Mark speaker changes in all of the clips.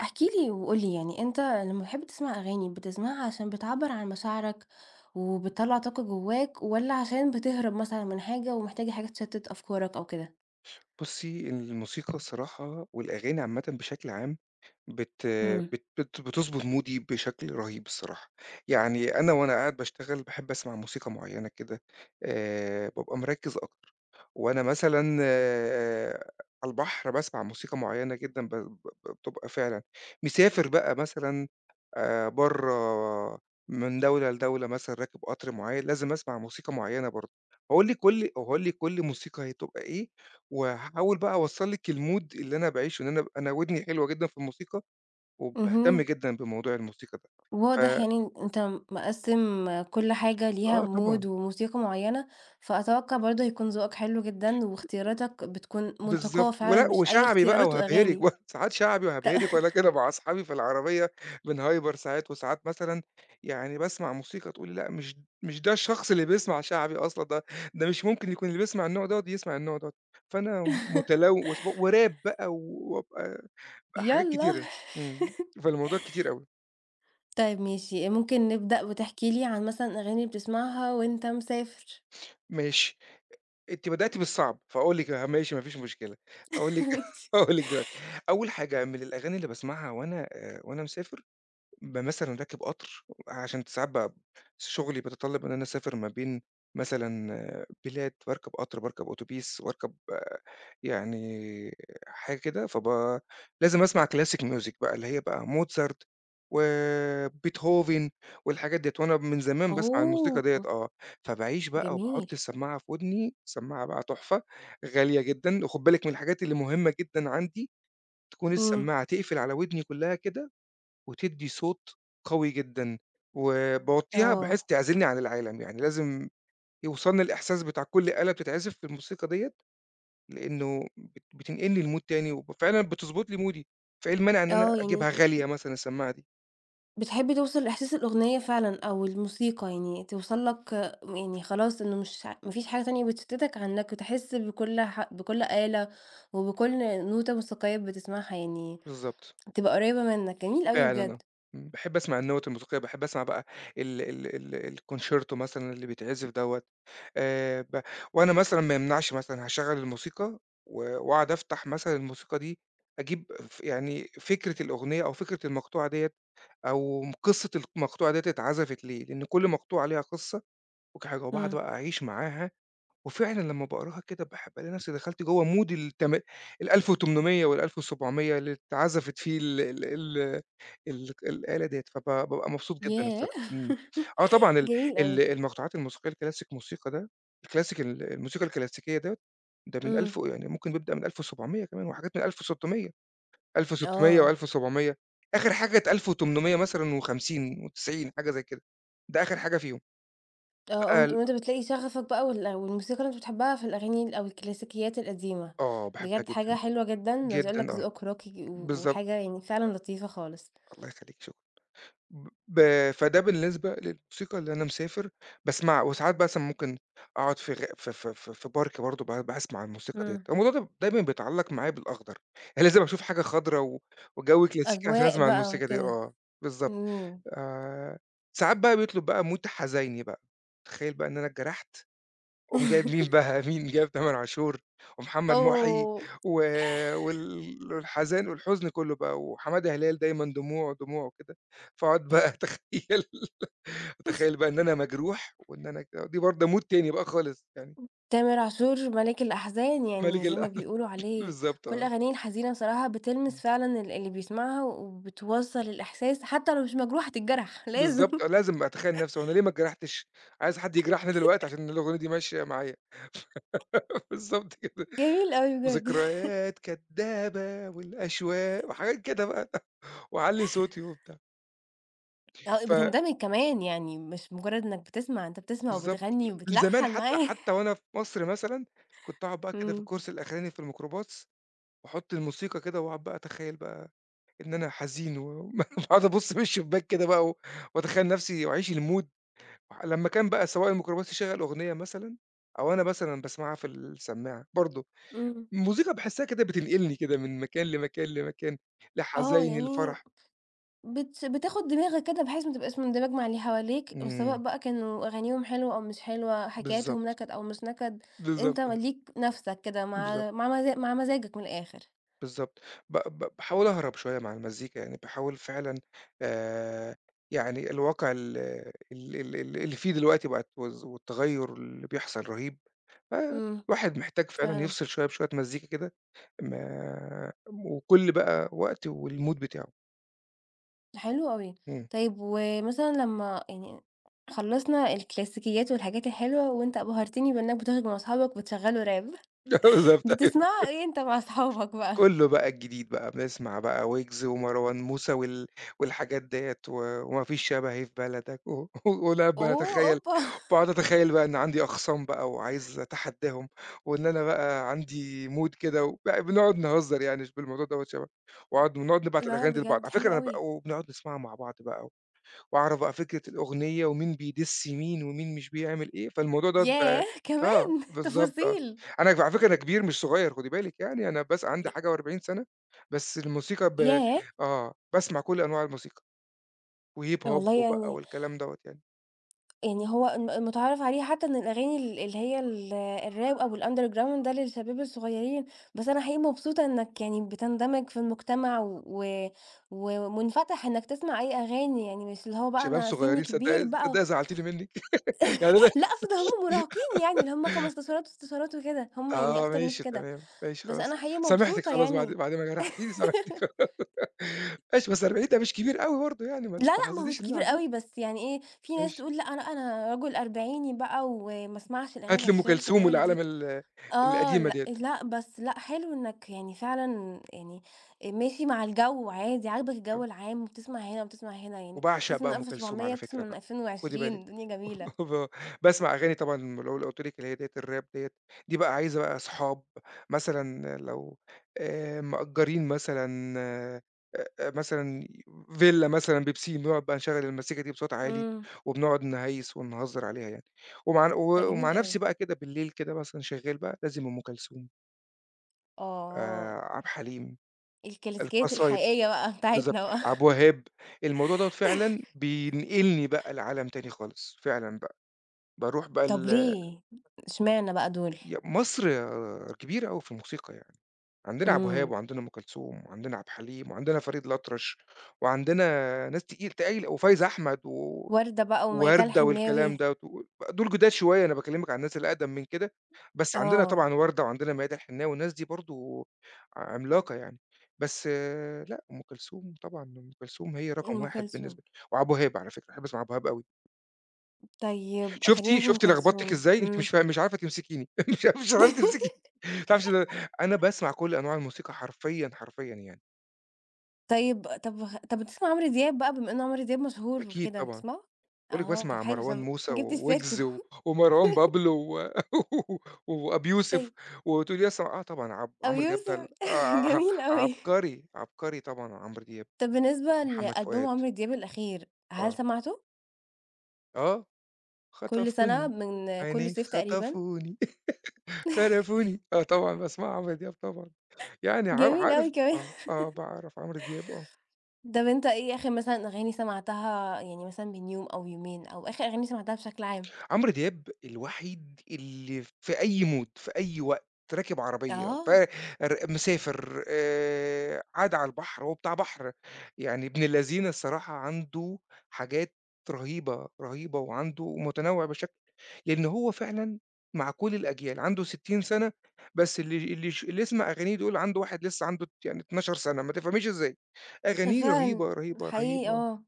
Speaker 1: احكِ لي وقُل لي يعني أنت لمّا بتحب تسمع أغاني، بتسمعها عشان بتعبّر عن مشاعرك وبتطلّع طاقة جواك، والّا عشان بتهرب مثلًا من حاجة ومحتاجة حاجة تشتت أفكارك أو كده؟
Speaker 2: بُصّي، الموسيقى الصراحة والأغاني عامةً بشكل عام بت
Speaker 1: إمم.
Speaker 2: بت بت بتضبط مودي بشكل رهيب الصراحة. يعني وأنا قاعد باشتغل باحب أسمع موسيقى معيّنة كده. بابقى مركّز أكتر. وأنا مثلًا على البحر باسمع موسيقى معيّنة جدًا ب ب بتبقى فعلًا مسافر بقى مثلًا. برّه من دولة لدولة مثلًا راكب قطر معيّن لازم أسمع موسيقى معيّنة برضه. هاقول لِك كل موسيقى هي بتبقى إيه، وهاحاول بقى أوصّل لِك الmood اللي أنا باعيشه، إن أنا ودني حلوة جدًا في الموسيقى، وباهتم
Speaker 1: اهم،
Speaker 2: جدًا بموضوع الموسيقى ده.
Speaker 1: واضح
Speaker 2: ف
Speaker 1: يعني إن أنت مقسّم كل حاجة ليها
Speaker 2: آه طبعًا.
Speaker 1: mood وموسيقى معيّنة، فأتوقع برضه هيكون ذوقك حلو جدًا، واختياراتك بتكون
Speaker 2: بالضبط.
Speaker 1: منتقاة فعلًا
Speaker 2: ولأ
Speaker 1: مش أي
Speaker 2: وشعبي بقى
Speaker 1: اختيارات
Speaker 2: وهابهرِك
Speaker 1: وأغاني.
Speaker 2: بقى، ساعات شعبي
Speaker 1: ط
Speaker 2: وهابهرِك وأنا كده مع أصحابي في العربية بنهايبر ساعات. وساعات مثلًا يعني باسمع موسيقى تقولي لأ مش ده الشخص اللي بيسمع شعبي أصلًا. ده مش ممكن يكون اللي بيسمع النوع دوّة يسمع النوع دوّة. فأنا متلوث بقى وراب بقى وأبقى حاجات
Speaker 1: يالّا
Speaker 2: كتيرة. إمم، فالموضوع كتير أوي.
Speaker 1: طيب ماشي، ممكن نبدأ وتحكي لي عن مثلًا أغاني بتسمعها وأنت مسافر؟
Speaker 2: ماشي. أنتِ بدأتِ بالصعب، فاقول لِك آه ماشي ما فيش مشكلة. هاقول لِك
Speaker 1: ماشي.
Speaker 2: هاقول لِك دلوقتي. أول حاجة من الأغاني اللي باسمعها وأنا مسافر مثلًا راكب قطر عشان ساعات شغلي بيتطلب إن أنا أسافر ما بين مثلًا، بلاد، باركب قطر، باركب أوتوبيس، باركب يعني حاجة كده. لازم أسمع classic music بقى اللي هي بقى موتسارت وبيتهوفن والحاجات ديّة. وأنا من زمان باسمع الموسيقى ديّة
Speaker 1: أوه!
Speaker 2: آه. فباعيش بقى
Speaker 1: جميل.
Speaker 2: وباحط السماعة في ودني، سماعة بقى تحفة غالية جدًا. وخُد بالك من الحاجات اللي مهمة جدًا عندي تكون
Speaker 1: إمم.
Speaker 2: السماعة تقفل على ودني كلها كده، وتدّي صوت قوي جدًا. وباوطّيها بحيث
Speaker 1: آه.
Speaker 2: تعزلني عن العالم، يعني لازم يوصلني الإحساس بتاع كل آلة بتتعزف في الموسيقى ديّة، لإنه بتنقلني لMood تاني، وفعلًا بتضبط لي مودي. فإيه المانع إن أنا
Speaker 1: آه، يعني
Speaker 2: أجيبها غالية مثلًا السماعة دي؟
Speaker 1: بتحبي توصل لإحساس الأغنية فعلًا أو الموسيقى، يعني توصل لك آه، يعني خلاص إنه مش ما فيش حاجة تانية بتشتتك عن إنك بتحس بكل بكل آلة وبكل نوتة موسيقية بتسمعها، يعني
Speaker 2: بالضبط.
Speaker 1: تبقى قريبة منك. جميل أوي
Speaker 2: فعلًا
Speaker 1: بجد.
Speaker 2: آه. إمم. باحب أسمع النوَّت الموسيقية. باحب أسمع بقى ال ال ال الConcerto مثلًا اللي بيتعزف دوّة. ب وأنا مثلًا ما يمنعش مثلًا هاشغّل الموسيقى، و وأقعد أفتح مثلًا الموسيقى دي، أجيب يعني فكرة الأغنية أو فكرة المقطوعة ديّة، أو قصة المقطوعة ديّة اتعزفت ليه، لإن كل مقطوعة ليها قصة وكل حاجة. وباقعد
Speaker 1: إمم.
Speaker 2: بقى أعيش معاها. وفعلًا لمّا باقراها كده بالاقي نفسي دخلت جوّه مود التم ال1800 وال1700 اللي اتعزفت فيه ال ال ال ال الآلة ديّة. بابقى مبسوط جدًا
Speaker 1: ياه!
Speaker 2: الصراحة. إمم. آه طبعًا ال
Speaker 1: جميل
Speaker 2: ال
Speaker 1: أوي.
Speaker 2: المقطوعات الموسيقية الكلاسيك موسيقى ده، الكلاسيك الموسيقى الكلاسيكية ده، ده من ألف
Speaker 1: إمم.
Speaker 2: و يعني ممكن بيبدأ من 1700 كمان وحاجات من 1600. 1600
Speaker 1: آه.
Speaker 2: و1700، آخر حاجة كانت 1800 مثلًا و50 و90 حاجة زي كده. ده آخر حاجة فيهم.
Speaker 1: آه،
Speaker 2: بقى
Speaker 1: وأنت
Speaker 2: ال
Speaker 1: وأنت بتلاقي شغفك بقى والموسيقى اللي أنت بتحبها في الأغاني أو الكلاسيكيات القديمة،
Speaker 2: آه باحبها
Speaker 1: بجد حاجة
Speaker 2: جدًا.
Speaker 1: حلوة جدًا، عايزة أقول
Speaker 2: جدًا
Speaker 1: لك
Speaker 2: آه.
Speaker 1: ذوقك راقي و
Speaker 2: بالضبط.
Speaker 1: وحاجة يعني فعلًا لطيفة خالص،
Speaker 2: الله يخلّيك شكرًا. ب ب فده بالنسبة للموسيقى اللي أنا مسافر باسمعها. وساعات بقى مثلًا ممكن أقعد في غ في في في في park برضه باسمع الموسيقى ديّة.
Speaker 1: إمم.
Speaker 2: الموضوع ده دايمًا بيتعلّق معايا بالأخضر، يعني لازم أشوف حاجة خضرا و وجَو كلاسيكي عشان
Speaker 1: أجواء
Speaker 2: أسمع
Speaker 1: بقى
Speaker 2: الموسيقى دي
Speaker 1: وكده،
Speaker 2: آه. بالضبط.
Speaker 1: إمم.
Speaker 2: آآ، ساعات بقى بيطلب بقى mood حزيني بقى. تخيّل بقى إن أنا اتجرحت وقام جايب مين بقى، مين جايب تامر عاشور ومحمد محي
Speaker 1: أوه!
Speaker 2: و وال والحزان والحزن كلّه بقى، وحمادة هلال دايمًا دموع، دموع وكده. فاقعد بقى أتخيّل أتخيّل بقى إن أنا مجروح وإن أنا كده دي برضه mood تاني بقى خالص يعني.
Speaker 1: تامر عاشور مَلِك الأحزان،
Speaker 2: مَلِك
Speaker 1: يعني زي ما
Speaker 2: القلب.
Speaker 1: بيقولوا عليه
Speaker 2: بالضبط
Speaker 1: كل
Speaker 2: آه.
Speaker 1: أغانيه الحزينة بصراحة بتلمس
Speaker 2: إمم.
Speaker 1: فعلًا اللي بيسمعها وبتوصّل الإحساس، حتى لو مش مجروح هتتجرح لازم
Speaker 2: بالضبط آه. لازم أتخيّل نَفْسي هو أنا ليه ما اتجرحتش، عايز حد يجرحني دلوقتي عشان الأغنية دي ماشية معايا. بالضبط كده.
Speaker 1: جميل أوي بجد.
Speaker 2: وذكريات كدابة والأشواق وحاجات كده بقى. واعلّي صوتي وبتاع.
Speaker 1: آه،
Speaker 2: ف
Speaker 1: بتندمج كمان، يعني مش مجرّد إنّك بتسمع، أنت بتسمع
Speaker 2: بالضبط.
Speaker 1: وبتغني
Speaker 2: من زمان
Speaker 1: وبتلحّن
Speaker 2: حتى
Speaker 1: معاه.
Speaker 2: حتى وأنا في مصر مثلًا، كنت أقعد بقى كده في
Speaker 1: إمم،
Speaker 2: الكرسي الأخراني في الميكروباص، وأحط الموسيقى كده وأقعد بقى أتخيّل بقى إن أنا حزين، و باقعد أبُص من الشباك كده بقى، وأتخيّل نفسي وأعيش المود لمّا كان بقى سواق الميكروباص يشغّل أغنية مثلًا، أو أنا مثلًا باسمعها في السماعة برضه.
Speaker 1: إمم.
Speaker 2: الموسيقى باحسّها كده بتنقلني كده من مكان لمكان، لمكان،
Speaker 1: آه،
Speaker 2: لحزايني،
Speaker 1: يعني
Speaker 2: لفرح.
Speaker 1: بتاخد دماغك كده بحيث ما تبقاش مندمج مع اللي حواليك، سواء
Speaker 2: إمم.
Speaker 1: بقى كانوا أغانيهم حلوة أو مش حلوة، حكاياتهم
Speaker 2: بالضبط.
Speaker 1: نكد أو مش نكد،
Speaker 2: بالضبط.
Speaker 1: أنت ليك نَفْسك كده
Speaker 2: بالضبط.
Speaker 1: مع مزاجك من الآخر.
Speaker 2: بالضبط. ب ب باحاول أهرب شوية مع المزيكا. يعني باحاول فعلًا، آآ يعني الواقع ال ال ال ال اللي فيه دلوقتي بقت والتغيُّر اللي بيحصل رهيب.
Speaker 1: إمم.
Speaker 2: فالواحد محتاج فعلًا
Speaker 1: فعلًا،
Speaker 2: يفصل شوية بشوية مزيكا كده. ما وكل بقى وقت والمود بتاعه.
Speaker 1: حلو أوي.
Speaker 2: إمم.
Speaker 1: طيب ومثلًا لمّا يعني خلّصنا الكلاسيكيات والحاجات الحلوة وأنت أبهرتني بإنّك بتخرج مع أصحابك وبتشغّلوا راب.
Speaker 2: بالضبط.
Speaker 1: بتسمعها إيه أنت مع أصحابك بقى؟
Speaker 2: كُلّه بقى الجديد بقى، بنسمع بقى ويجز ومروان موسى والحاجات ديّة، وما فيش شبهي في بلدك و وأنا
Speaker 1: أوه!
Speaker 2: باتخيّل.
Speaker 1: أوبا!
Speaker 2: باقعد أتخيّل بقى إن عندي أخصام بقى وعايز أتحدّاهم، وإن أنا بقى عندي mood كده، بقى بنقعد نهزّر يعني بالموضوع دوّة شبه. وأقعد ونقعد نبعت
Speaker 1: لأ
Speaker 2: الأغاني دي لبعض،
Speaker 1: بجد
Speaker 2: على فكرة
Speaker 1: حلو
Speaker 2: أنا بقى
Speaker 1: أوي.
Speaker 2: وبنقعد نسمعها مع بعض بقى، وأعرف بقى فكرة الأغنية ومين بيدِس مين ومين مش بيعمل إيه، فالموضوع دوّة بقى.
Speaker 1: ياه!
Speaker 2: آه،
Speaker 1: كمان
Speaker 2: بالضبط آه.
Speaker 1: تفاصيل.
Speaker 2: أنا على فكرة أنا كبير مش صغير خُدي بالِك يعني، أنا بس عندي
Speaker 1: ي
Speaker 2: حاجة و40 سَنة. بس الموسيقى
Speaker 1: ياه!
Speaker 2: آه، باسمع كل أنواع الموسيقى، وهيب هوب
Speaker 1: والله
Speaker 2: وبقى
Speaker 1: يعني
Speaker 2: والكلام دوّة يعني.
Speaker 1: يعني هو المتعارف عليه حتى إن الأغاني اللي هي الراب أو الunderground ده للشباب الصغيّرين، بس أنا حقيقي مبسوطة إنك يعني بتندمج في المجتمع و ومنفتح إنك تسمع أي أغاني، يعني مش اللي هو بقى
Speaker 2: شباب
Speaker 1: أنا سنّي
Speaker 2: صغيرين.
Speaker 1: كبير
Speaker 2: صدّقي
Speaker 1: بقى
Speaker 2: صدّقي زعلتيني منِّك يعني. أنا
Speaker 1: لأ أقصد هُم مراهقين يعني اللي هُم 15 وستاشرات وكده، هُم يعني
Speaker 2: آه
Speaker 1: أكتر ناس
Speaker 2: ماشي
Speaker 1: كده.
Speaker 2: تمام، ماشي
Speaker 1: بس
Speaker 2: خلاص.
Speaker 1: أنا حقيقي
Speaker 2: سامحتِك
Speaker 1: مبسوطة
Speaker 2: خلاص بعد
Speaker 1: يعني.
Speaker 2: بعد ما جرحتيني سامحتِك. ماشي بس 40 ده مش كبير أوي برضه يعني، ما
Speaker 1: لا، لأ، ما هو
Speaker 2: تحسسنيش
Speaker 1: مش
Speaker 2: إن أنا
Speaker 1: كبير
Speaker 2: عجوز.
Speaker 1: أوي، بس يعني إيه، في ناس
Speaker 2: ماشي.
Speaker 1: تقول لأ أنا رجل أربعيني بقى وما اسمعش الأغاني
Speaker 2: هات
Speaker 1: بتاعة
Speaker 2: لي أم
Speaker 1: الشباب
Speaker 2: كلثوم
Speaker 1: الصغيرة
Speaker 2: والأعلام
Speaker 1: دي. آه،
Speaker 2: القديمة
Speaker 1: لأ،
Speaker 2: ديّة.
Speaker 1: لأ، بس لأ، حلو إنك يعني فعلًا يعني ماشي مع الجو عادي، عاجبك
Speaker 2: آه.
Speaker 1: الجو العام وبتسمع هنا وبتسمع هنا، يعني
Speaker 2: وباعشق
Speaker 1: بتسمع
Speaker 2: بقى
Speaker 1: من
Speaker 2: أم كلثوم
Speaker 1: 1700
Speaker 2: على فكرة
Speaker 1: بتسمع من
Speaker 2: بقى، خُدي
Speaker 1: 2020
Speaker 2: بالِك.
Speaker 1: الدنيا جميلة.
Speaker 2: ب باسمع أغاني طبعًا لو اللي قُلت لِك اللي هي ديّة الراب ديّة، دي بقى عايزة بقى أصحاب مثلًا لو، مأجّرين مثلًا مثلًا فيلا مثلًا ببسين، بنقعد بقى نشغّل المزيكا دي بصوت عالي،
Speaker 1: إمم،
Speaker 2: وبنقعد نهيّس ونهزّر عليها يعني. ومع ن
Speaker 1: ده
Speaker 2: و
Speaker 1: جميل
Speaker 2: ومع
Speaker 1: أوي.
Speaker 2: نَفْسي بقى كده بالليل كده مثلًا شغّال بقى لازم أم كلثوم.
Speaker 1: آه،
Speaker 2: عبد الحليم.
Speaker 1: الكلاسيكيات
Speaker 2: القصايد.
Speaker 1: الحقيقية بقى
Speaker 2: بالضبط.
Speaker 1: بتاعتنا بقى.
Speaker 2: عبد الوهاب. الموضوع دوّة فعلًا بينقلني بقى لعالم تاني خالص، فعلًا بقى. باروح بقى
Speaker 1: طب
Speaker 2: ال
Speaker 1: ليه؟ اشمعنى بقى دول؟
Speaker 2: ي مصر كبيرة أوي في الموسيقى يعني، عندنا عبد الوهاب
Speaker 1: إمم.
Speaker 2: وعندنا أم كلثوم وعندنا عبد الحليم وعندنا فريد الأطرش وعندنا ناس تقايلة وفايزة أحمد. و
Speaker 1: وردة بقى وميادة
Speaker 2: وردة والكلام
Speaker 1: الحناوي،
Speaker 2: دوّة. دول جداد شوية، أنا باكلمِك عن الناس الأقدم من كده. بس عندنا
Speaker 1: آه،
Speaker 2: طبعًا وردة وعندنا ميادة الحناوي، والناس دي برضه عملاقة يعني. بس لأ، أم كلثوم طبعًا، أم كلثوم هي رقم
Speaker 1: أم
Speaker 2: 1
Speaker 1: كلثوم.
Speaker 2: بالنسبة لي. وعبد الوهاب على فكرة، باحب أسمع عبد الوهاب أوي.
Speaker 1: طيب
Speaker 2: شُفتِ
Speaker 1: خلّينا في أم
Speaker 2: شُفتِ لخبطتِك
Speaker 1: كلثوم،
Speaker 2: إزاي؟ أنتِ مش
Speaker 1: إمم.
Speaker 2: فا مش عارفة تمسكيني. مش عارفة تمسكيني. ما تعرفيش إن أنا باسمع كل أنواع الموسيقى حرفيًا، حرفيًا يعني.
Speaker 1: طب بتسمع عمرو دياب بقى بما إن عمرو دياب مشهور
Speaker 2: أكيد
Speaker 1: وكده،
Speaker 2: طبعًا.
Speaker 1: بتسمعه؟
Speaker 2: باقول لِك
Speaker 1: آه، طب
Speaker 2: باسمع
Speaker 1: حلو
Speaker 2: مروان موسى
Speaker 1: جِبت سيرته.
Speaker 2: وويجز، ومروان بابلو و وأبي يوسف.
Speaker 1: طيب
Speaker 2: وتقولي لي أسمع آه طبعًا
Speaker 1: أبو
Speaker 2: عمرو دياب ده ال
Speaker 1: يوسف
Speaker 2: آه آه، آه،
Speaker 1: جميل أوي.
Speaker 2: عبقري. عبقري طبعًا عمرو دياب.
Speaker 1: طب بالنسبة
Speaker 2: محمد
Speaker 1: لألبوم
Speaker 2: فؤاد.
Speaker 1: عمرو دياب الأخير، هل
Speaker 2: آه،
Speaker 1: سمعته؟
Speaker 2: آه
Speaker 1: كل سنة
Speaker 2: خطفوني.
Speaker 1: من كل
Speaker 2: عينيه
Speaker 1: صيف تقريبًا؟
Speaker 2: خطفوني. خرفوني. آه طبعًا باسمع عمرو دياب طبعًا. يعني
Speaker 1: جميل
Speaker 2: عارف
Speaker 1: أوي كمان.
Speaker 2: آه. باعرف عمرو دياب آه.
Speaker 1: طب أنت إيه آخر مثلًا أغاني سمعتها يعني مثلًا من يوم أو يومين، أو آخر أغاني سمعتها بشكل عام؟
Speaker 2: عمرو دياب الوحيد اللي في أي مود، في أي وقت راكب عربية،
Speaker 1: آه.
Speaker 2: مسافر. قاعد على البحر، هو بتاع بحر يعني. ابن اللذينة الصراحة عنده حاجات رهيبة، رهيبة. وعنده متنوع بشكل، لأن هو فعلًا مع كل الأجيال. عنده 60 سنة بس اللي يسمع أغانيه دول عنده واحد لسه عنده يعني 12 سنة، ما تفهميش إزاي. أغانيه
Speaker 1: فعلًا،
Speaker 2: رهيبة، رهيبة،
Speaker 1: حقيقي
Speaker 2: رهيبة.
Speaker 1: آه.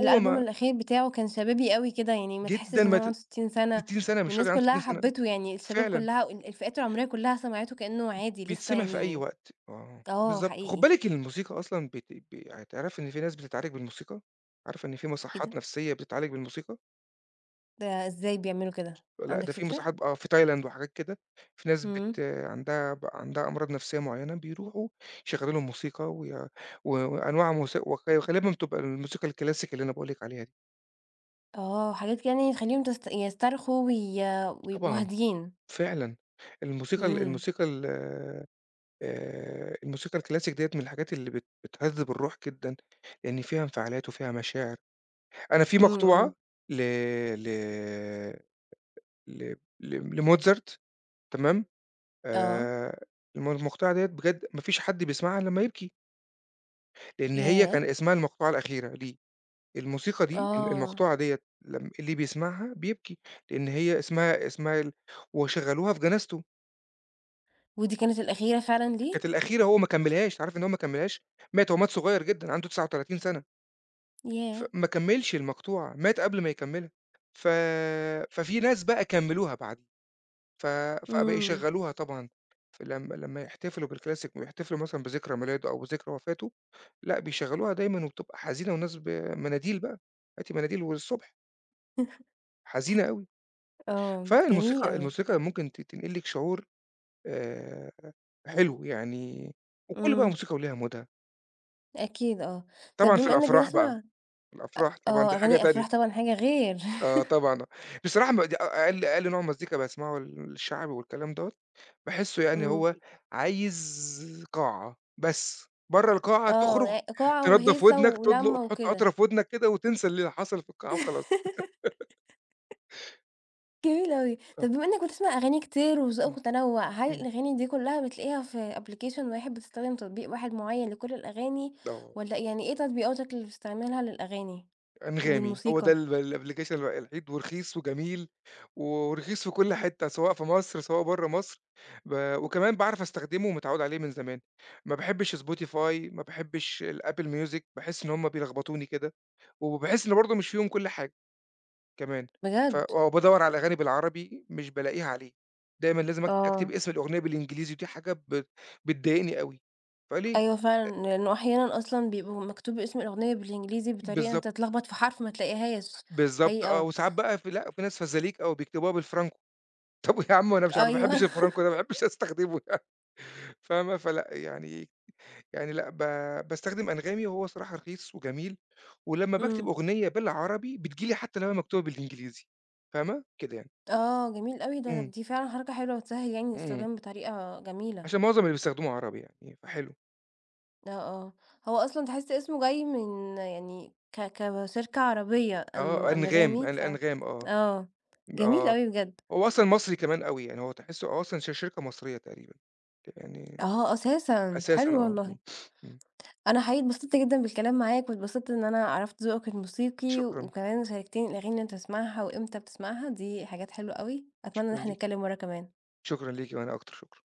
Speaker 2: هو ما
Speaker 1: الأخير بتاعه كان شبابي أوي كده، يعني ما
Speaker 2: جدًا
Speaker 1: تحسّش إن
Speaker 2: ما
Speaker 1: هو
Speaker 2: ت
Speaker 1: عنده 60 سَنة
Speaker 2: 60 سنة مش راجل
Speaker 1: والناس
Speaker 2: عنده
Speaker 1: كُلّها
Speaker 2: 60 سنة.
Speaker 1: حبّته، يعني الشباب
Speaker 2: فعلًا.
Speaker 1: كُلّها الفئات العمرية كُلّها سمعته كإنه عادي لسّه
Speaker 2: بيتسمع في أي
Speaker 1: يعني
Speaker 2: وقت، آه،
Speaker 1: آه
Speaker 2: بالضبط. وخُد
Speaker 1: حقيقي.
Speaker 2: بالِك إن الموسيقى أصلًا بت ب هتعرفي إن في ناس بتتعالج بالموسيقى؟ عارفة إن في
Speaker 1: إيه
Speaker 2: مصحات
Speaker 1: ده!
Speaker 2: نفسية بتتعالج بالموسيقى؟
Speaker 1: ده إزاي بيعملوا كده،
Speaker 2: لأ،
Speaker 1: عندك
Speaker 2: ده في
Speaker 1: فكرة؟
Speaker 2: مصحات آه، في تايلاند وحاجات كده. في ناس
Speaker 1: إمم.
Speaker 2: عندها أمراض نفسية معيّنة، بيروحوا يشغّلوا لهم موسيقى وي و وأنواع موسي وغ غالبًا بتبقى الموسيقى الclassic اللي أنا باقول لِك عليها دي.
Speaker 1: آه، حاجات كده يعني تخلّيهم يسترخوا ويبقوا
Speaker 2: طبعًا.
Speaker 1: هاديين.
Speaker 2: فعلًا. الموسيقى ال
Speaker 1: إمم.
Speaker 2: الموسيقى ال الموسيقى الclassic ديّة من الحاجات اللي بتهذِّب الروح جدًا، لإن فيها انفعالات وفيها مشاعر. أنا في
Speaker 1: إمم،
Speaker 2: مقطوعة
Speaker 1: إمم.
Speaker 2: ل ل ل ل لموتزارت، تمام.
Speaker 1: آه.
Speaker 2: آآ المقطوعة ديّة بجد ما فيش حد بيسمعها إلا لمّا يبكي، لإن هي
Speaker 1: ياه!
Speaker 2: كان اسمها المقطوعة الأخيرة ليه. الموسيقى دي
Speaker 1: آه.
Speaker 2: المقطوعة ديّة لم اللي بيسمعها بيبكي. لإن هي اسمها اسمها ال وشغّلوها في جنازته.
Speaker 1: ودي كانت الأخيرة فعلًا ليه؟
Speaker 2: كانت الأخيرة، هو ما كمّلهاش، أنت عارف إن هو ما كمّلهاش؟ مات، هو مات صغيّر جدًا عنده 39 سَنة.
Speaker 1: ياه!
Speaker 2: فما كمّلش المقطوعة، مات قبل ما يكمّلها. ف ففي ناس بقى كمّلوها بعديه. ف فبقى
Speaker 1: إمم.
Speaker 2: يشغّلوها طبعًا في لمّا يحتفلوا بالكلاسيك ويحتفلوا مثلًا بذكرى ميلاده أو بذكرى وفاته. لأ بيشغّلوها دايمًا وبتبقى حزينة والناس مناديل بقى. هاتي مناديل والصبح، حزينة أوي.
Speaker 1: آه، جميل أوي.
Speaker 2: الموسيقى ممكن تنقل لِك شعور. آآ حلو يعني. وكل بقى
Speaker 1: إمم،
Speaker 2: موسيقى وليها مودها.
Speaker 1: أكيد آه. طَب
Speaker 2: طبعًا في
Speaker 1: بما إنّك
Speaker 2: الأفراح بقى،
Speaker 1: بتسمع
Speaker 2: الأفراح طبعًا
Speaker 1: آه،
Speaker 2: دي حاجة
Speaker 1: أغاني
Speaker 2: تانية.
Speaker 1: أفراح طبعًا حاجة غير
Speaker 2: آه طبعًا. بصراحة ما د أقل نوع مزيكا باسمعه الشعبي والكلام دوّة. باحسّه يعني
Speaker 1: إمم.
Speaker 2: هو عايز قاعة بس، برّه القاعة
Speaker 1: آه،
Speaker 2: تخرج
Speaker 1: قاعة
Speaker 2: تنضّف
Speaker 1: وهيصة
Speaker 2: ودنك، تطلق
Speaker 1: ولَمّة
Speaker 2: تحط قطرة
Speaker 1: وكده.
Speaker 2: في ودنك كده وتنسى اللي حصل في القاعة وخلاص.
Speaker 1: جميل أوي.
Speaker 2: آه.
Speaker 1: طَب بما إنّك بتسمع أغاني كتير
Speaker 2: إمم.
Speaker 1: وذوقك متنوّع، هل
Speaker 2: إمم.
Speaker 1: الأغاني دي كلّها بتلاقيها في application واحد، بتستخدم تطبيق واحد معيّن لكل الأغاني
Speaker 2: آه.
Speaker 1: والّا يعني إيه تطبيقاتك اللي بتستعملها للأغاني
Speaker 2: أنغامي، هو ده
Speaker 1: والموسيقى؟
Speaker 2: الأبلكيشن الوحيد ورخيص وجميل. ورخيص في كل حتة سواء في مصر سواء برّه مصر. وكمان باعرف أستخدمه ومتعوّد عليه من زمان. ما باحبش spotify، ما باحبش الapple music. باحس إن هم بيلخبطوني كده، وباحس إن برضه مش فيهم كل حاجة كمان.
Speaker 1: بجد؟
Speaker 2: آه بادوّر على أغاني بالعربي مش بالاقيها عليه، دايمًا لازم أكتب
Speaker 1: آه،
Speaker 2: اسم الأغنية بالإنجليزي ودي حاجة بتضايقني أوي. فليه؟
Speaker 1: أيوه فعلًا، لإنه أحيانًا أصلًا بيبقوا مكتوب اسم الأغنية بالإنجليزي بطريقة أنت
Speaker 2: بالضبط.
Speaker 1: تتلخبط في حرف ما تلاقيهاش،
Speaker 2: بالضبط آه.
Speaker 1: حقيقة.
Speaker 2: وساعات بقى في، لأ في ناس فزاليك أوي بيكتبوها بالفرنك. طب يا عم أنا مش ما
Speaker 1: أيوه.
Speaker 2: باحبش الفرانكو ده، ما باحبش أستخدمه يعني. فاهمة. فلأ يعني، يعني لأ. باستخدم أنغامي وهو صراحة رخيص وجميل. ولمّا باكتب
Speaker 1: إمم.
Speaker 2: أغنية بالعربي بتيجي لي حتى لو هي مكتوبة بالإنجليزي. فاهمة، كده يعني.
Speaker 1: آه، جميل أوي ده،
Speaker 2: إمم.
Speaker 1: طب دي فعلًا حركة حلوة وتسهّل يعني
Speaker 2: إمم.
Speaker 1: الاستخدام بطريقة جميلة.
Speaker 2: عشان معظم اللي بيستخدموه عربي يعني، فحلو.
Speaker 1: آه، آه. هو أصلًا تحس اسمه جاي من يعني كشركة عربية
Speaker 2: آه.
Speaker 1: أنه أنغامي
Speaker 2: أنغام آه.
Speaker 1: آه، جميل
Speaker 2: آه.
Speaker 1: أوي بجد.
Speaker 2: هو أصلًا مصري كمان أوي يعني، هو تحسّه هو أصلًا شركة مصرية تقريبًا يعني.
Speaker 1: آه، أساسًا،
Speaker 2: أساسًا
Speaker 1: حلو
Speaker 2: آه. إمم.
Speaker 1: والله.
Speaker 2: إمم.
Speaker 1: أنا حقيقي اتبسطت جدًا بالكلام معاك واتبسطت إن أنا عرفت ذوقك الموسيقي
Speaker 2: شكرًا.
Speaker 1: وكمان شاركتني الأغاني اللي أنت بتسمعها وإمتى بتسمعها، دي حاجات حلوة أوي. أتمنى إن
Speaker 2: شكرًا
Speaker 1: إحنا
Speaker 2: ليكِ.
Speaker 1: نتكلم مرة كمان.
Speaker 2: شكرًا ليكِ وأنا أكتر. شكرًا.